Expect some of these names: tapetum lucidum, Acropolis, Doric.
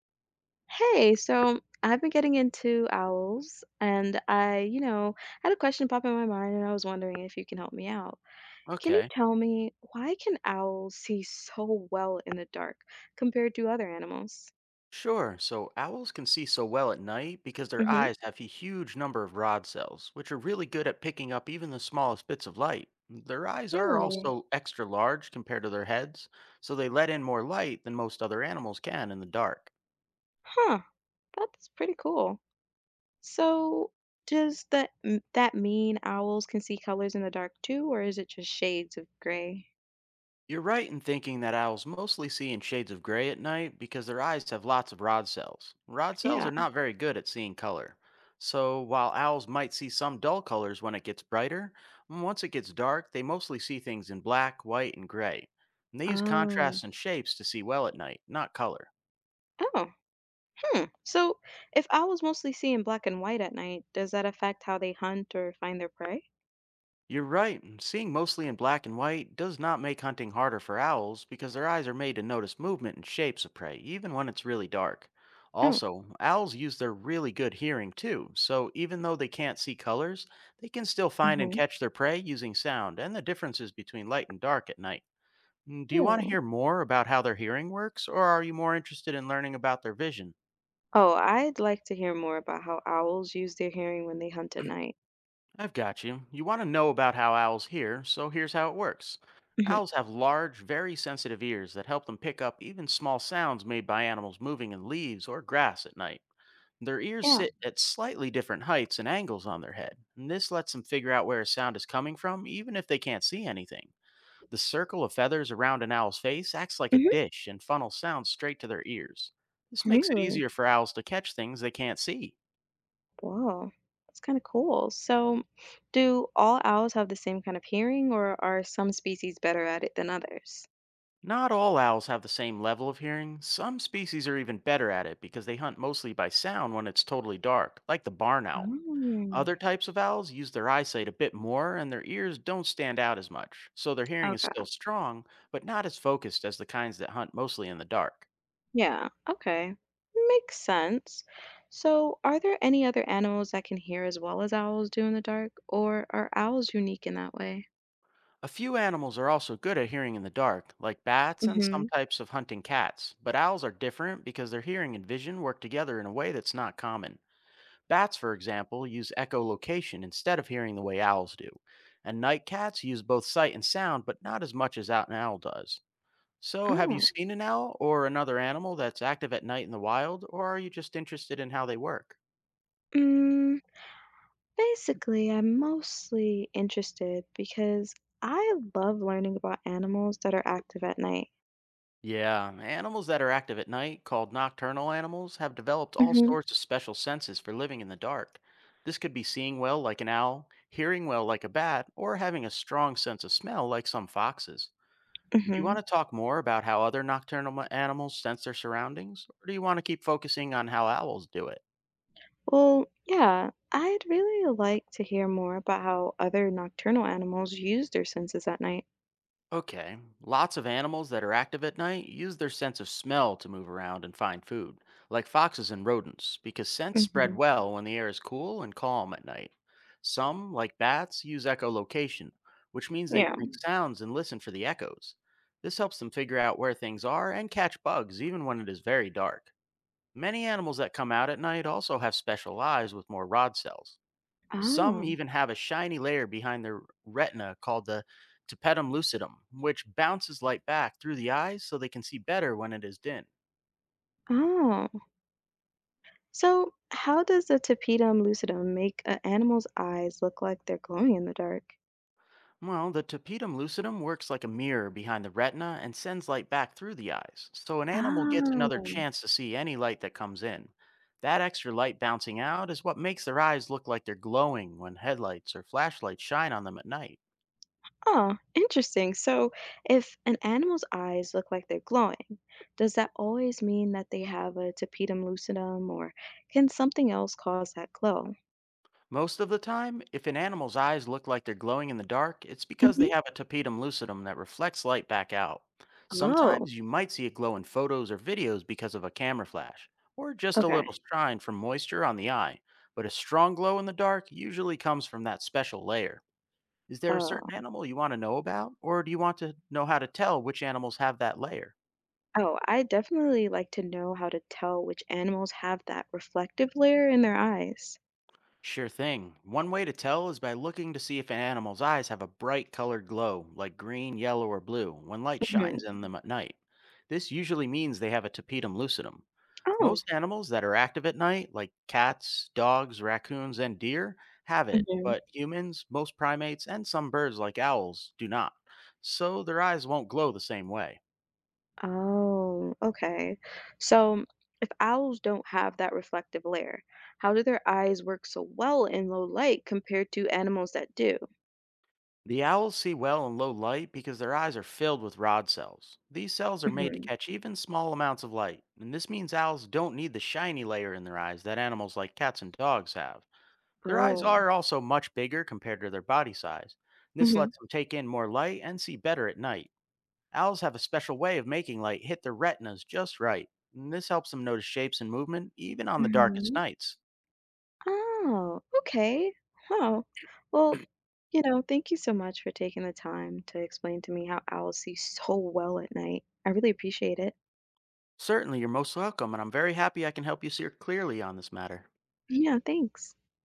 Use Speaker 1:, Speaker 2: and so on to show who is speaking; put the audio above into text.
Speaker 1: Hey, so I've been getting into owls, and I, had a question pop in my mind, and I was wondering if you can help me out. Can you
Speaker 2: Okay,
Speaker 1: tell me why can owls see so well in the dark compared to other animals?
Speaker 2: sure. So owls can see so well at night because their
Speaker 1: Hmm.
Speaker 2: eyes have a huge number of rod cells, which are really good at picking up even the smallest bits of light. Their eyes are
Speaker 1: Really?
Speaker 2: also extra large compared to their heads, so they let in more light than most other animals can in the dark.
Speaker 1: Huh, that's pretty cool. So, does that mean owls can see colors in the dark too, or is it just shades of gray?
Speaker 2: You're right in thinking that owls mostly see in shades of gray at night because their eyes have lots of rod cells. Rod cells
Speaker 1: Yeah.
Speaker 2: are not very good at seeing color. So, while owls might see some dull colors when it gets brighter, once it gets dark, they mostly see things in black, white, and gray. And they use
Speaker 1: Um,
Speaker 2: contrasts and shapes to see well at night, not color.
Speaker 1: oh. Hmm. So, if owls mostly see in black and white at night, does that affect how they hunt or find their prey?
Speaker 2: You're right, and seeing mostly in black and white does not make hunting harder for owls because their eyes are made to notice movement and shapes of prey, even when it's really dark.
Speaker 1: Oh.
Speaker 2: Also, owls use their really good hearing too, so even though they can't see colors, they can still find and
Speaker 1: Hmm.
Speaker 2: catch their prey using sound and the differences between light and dark at night. Do you want to
Speaker 1: Really?
Speaker 2: hear more about how their hearing works, or are you more interested in learning about their vision?
Speaker 1: Oh, I'd like to hear more about how owls use their hearing when they hunt at night.
Speaker 2: I've got you. You want to know about how owls hear, so here's how it works.
Speaker 1: Hmm.
Speaker 2: Owls have large, very sensitive ears that help them pick up even small sounds made by animals moving in leaves or grass at night. Their ears
Speaker 1: Yeah.
Speaker 2: sit at slightly different heights and angles on their head, and this lets them figure out where a sound is coming from even if they can't see anything. The circle of feathers around an owl's face acts like a
Speaker 1: Hmm.
Speaker 2: dish and funnels sounds straight to their ears. This makes it
Speaker 1: Really?
Speaker 2: easier for owls to catch things they can't see.
Speaker 1: Wow. That's kind of cool. So, do all owls have the same kind of hearing, or are some species better at it than others?
Speaker 2: Not all owls have the same level of hearing. Some species are even better at it because they hunt mostly by sound when it's totally dark, like the barn owl.
Speaker 1: Oh,
Speaker 2: Other types of owls use their eyesight a bit more and their ears don't stand out as much, so their hearing is
Speaker 1: okay.
Speaker 2: still strong, but not as focused as the kinds that hunt mostly in the dark.
Speaker 1: Yeah, okay. Makes sense. So, are there any other animals that can hear as well as owls do in the dark, or are owls unique in that way?
Speaker 2: A few animals are also good at hearing in the dark, like bats and
Speaker 1: Mm-hmm.
Speaker 2: some types of hunting cats, but owls are different because their hearing and vision work together in a way that's not common. Bats, for example, use echolocation instead of hearing the way owls do. And night cats use both sight and sound, but not as much as out an owl does. So, have you
Speaker 1: Oh,
Speaker 2: seen an owl or another animal that's active at night in the wild, or are you just interested in how they work?
Speaker 1: mm, basically, I'm mostly interested because I love learning about animals that are active at night.
Speaker 2: Yeah, animals that are active at night, called nocturnal animals, have developed all
Speaker 1: Mm-hmm.
Speaker 2: sorts of special senses for living in the dark. This could be seeing well like an owl, hearing well like a bat, or having a strong sense of smell like some foxes. Do you
Speaker 1: Mm-hmm.
Speaker 2: want to talk more about how other nocturnal animals sense their surroundings, or do you want to keep focusing on how owls do it?
Speaker 1: Well, yeah, I'd really like to hear more about how other nocturnal animals use their senses at night.
Speaker 2: Okay, lots of animals that are active at night use their sense of smell to move around and find food, like foxes and rodents, because scents spread
Speaker 1: Mm-hmm.
Speaker 2: well when the air is cool and calm at night. Some, like bats, use echolocation, which means they
Speaker 1: Yeah.
Speaker 2: make sounds and listen for the echoes. This helps them figure out where things are and catch bugs even when it is very dark. Many animals that come out at night also have special eyes with more rod cells. Some
Speaker 1: Oh,
Speaker 2: even have a shiny layer behind their retina called the tapetum lucidum, which bounces light back through the eyes so they can see better when it is dim.
Speaker 1: oh. So, how does the tapetum lucidum make an animal's eyes look like they're glowing in the dark?
Speaker 2: Well, the tapetum lucidum works like a mirror behind the retina and sends light back through the eyes, so an animal gets another
Speaker 1: Oh.
Speaker 2: chance to see any light that comes in. That extra light bouncing out is what makes their eyes look like they're glowing when headlights or flashlights shine on them at night.
Speaker 1: Oh, interesting. So, if an animal's eyes look like they're glowing, does that always mean that they have a tapetum lucidum, or can something else cause that glow?
Speaker 2: Most of the time, if an animal's eyes look like they're glowing in the dark, it's because they
Speaker 1: Hmm.
Speaker 2: have a tapetum lucidum that reflects light back out.
Speaker 1: Oh,
Speaker 2: Sometimes you might see it glow in photos or videos because of a camera flash, or just a little
Speaker 1: okay.
Speaker 2: shine from moisture on the eye, but a strong glow in the dark usually comes from that special layer. Is there a
Speaker 1: Oh.
Speaker 2: certain animal you want to know about, or do you want to know how to tell which animals have that layer?
Speaker 1: Oh, I definitely like to know how to tell which animals have that reflective layer in their eyes.
Speaker 2: Sure thing. One way to tell is by looking to see if an animal's eyes have a bright colored glow, like green, yellow, or blue, when light shines
Speaker 1: Hmm.
Speaker 2: in them at night. This usually means they have a tapetum lucidum.
Speaker 1: Oh.
Speaker 2: Most animals that are active at night, like cats, dogs, raccoons, and deer, have it,
Speaker 1: Mm-hmm.
Speaker 2: but humans, most primates, and some birds like owls do not. So their eyes won't glow the same way.
Speaker 1: Oh, okay. So if owls don't have that reflective layer, how do their eyes work so well in low light compared to animals that do?
Speaker 2: The owls see well in low light because their eyes are filled with rod cells. These cells are made to
Speaker 1: Hmm.
Speaker 2: catch even small amounts of light, and this means owls don't need the shiny layer in their eyes that animals like cats and dogs have. Their eyes
Speaker 1: Oh.
Speaker 2: are also much bigger compared to their body size. This
Speaker 1: Hmm,
Speaker 2: lets them take in more light and see better at night. Owls have a special way of making light hit their retinas just right, and this helps them notice shapes and movement even on the darkest
Speaker 1: hmm.
Speaker 2: nights.
Speaker 1: Oh, okay. Oh, well, thank you so much for taking the time to explain to me how owls see so well at night. I really appreciate it.
Speaker 2: Certainly, you're most welcome, and I'm very happy I can help you see clearly on this matter.
Speaker 1: Yeah, thanks.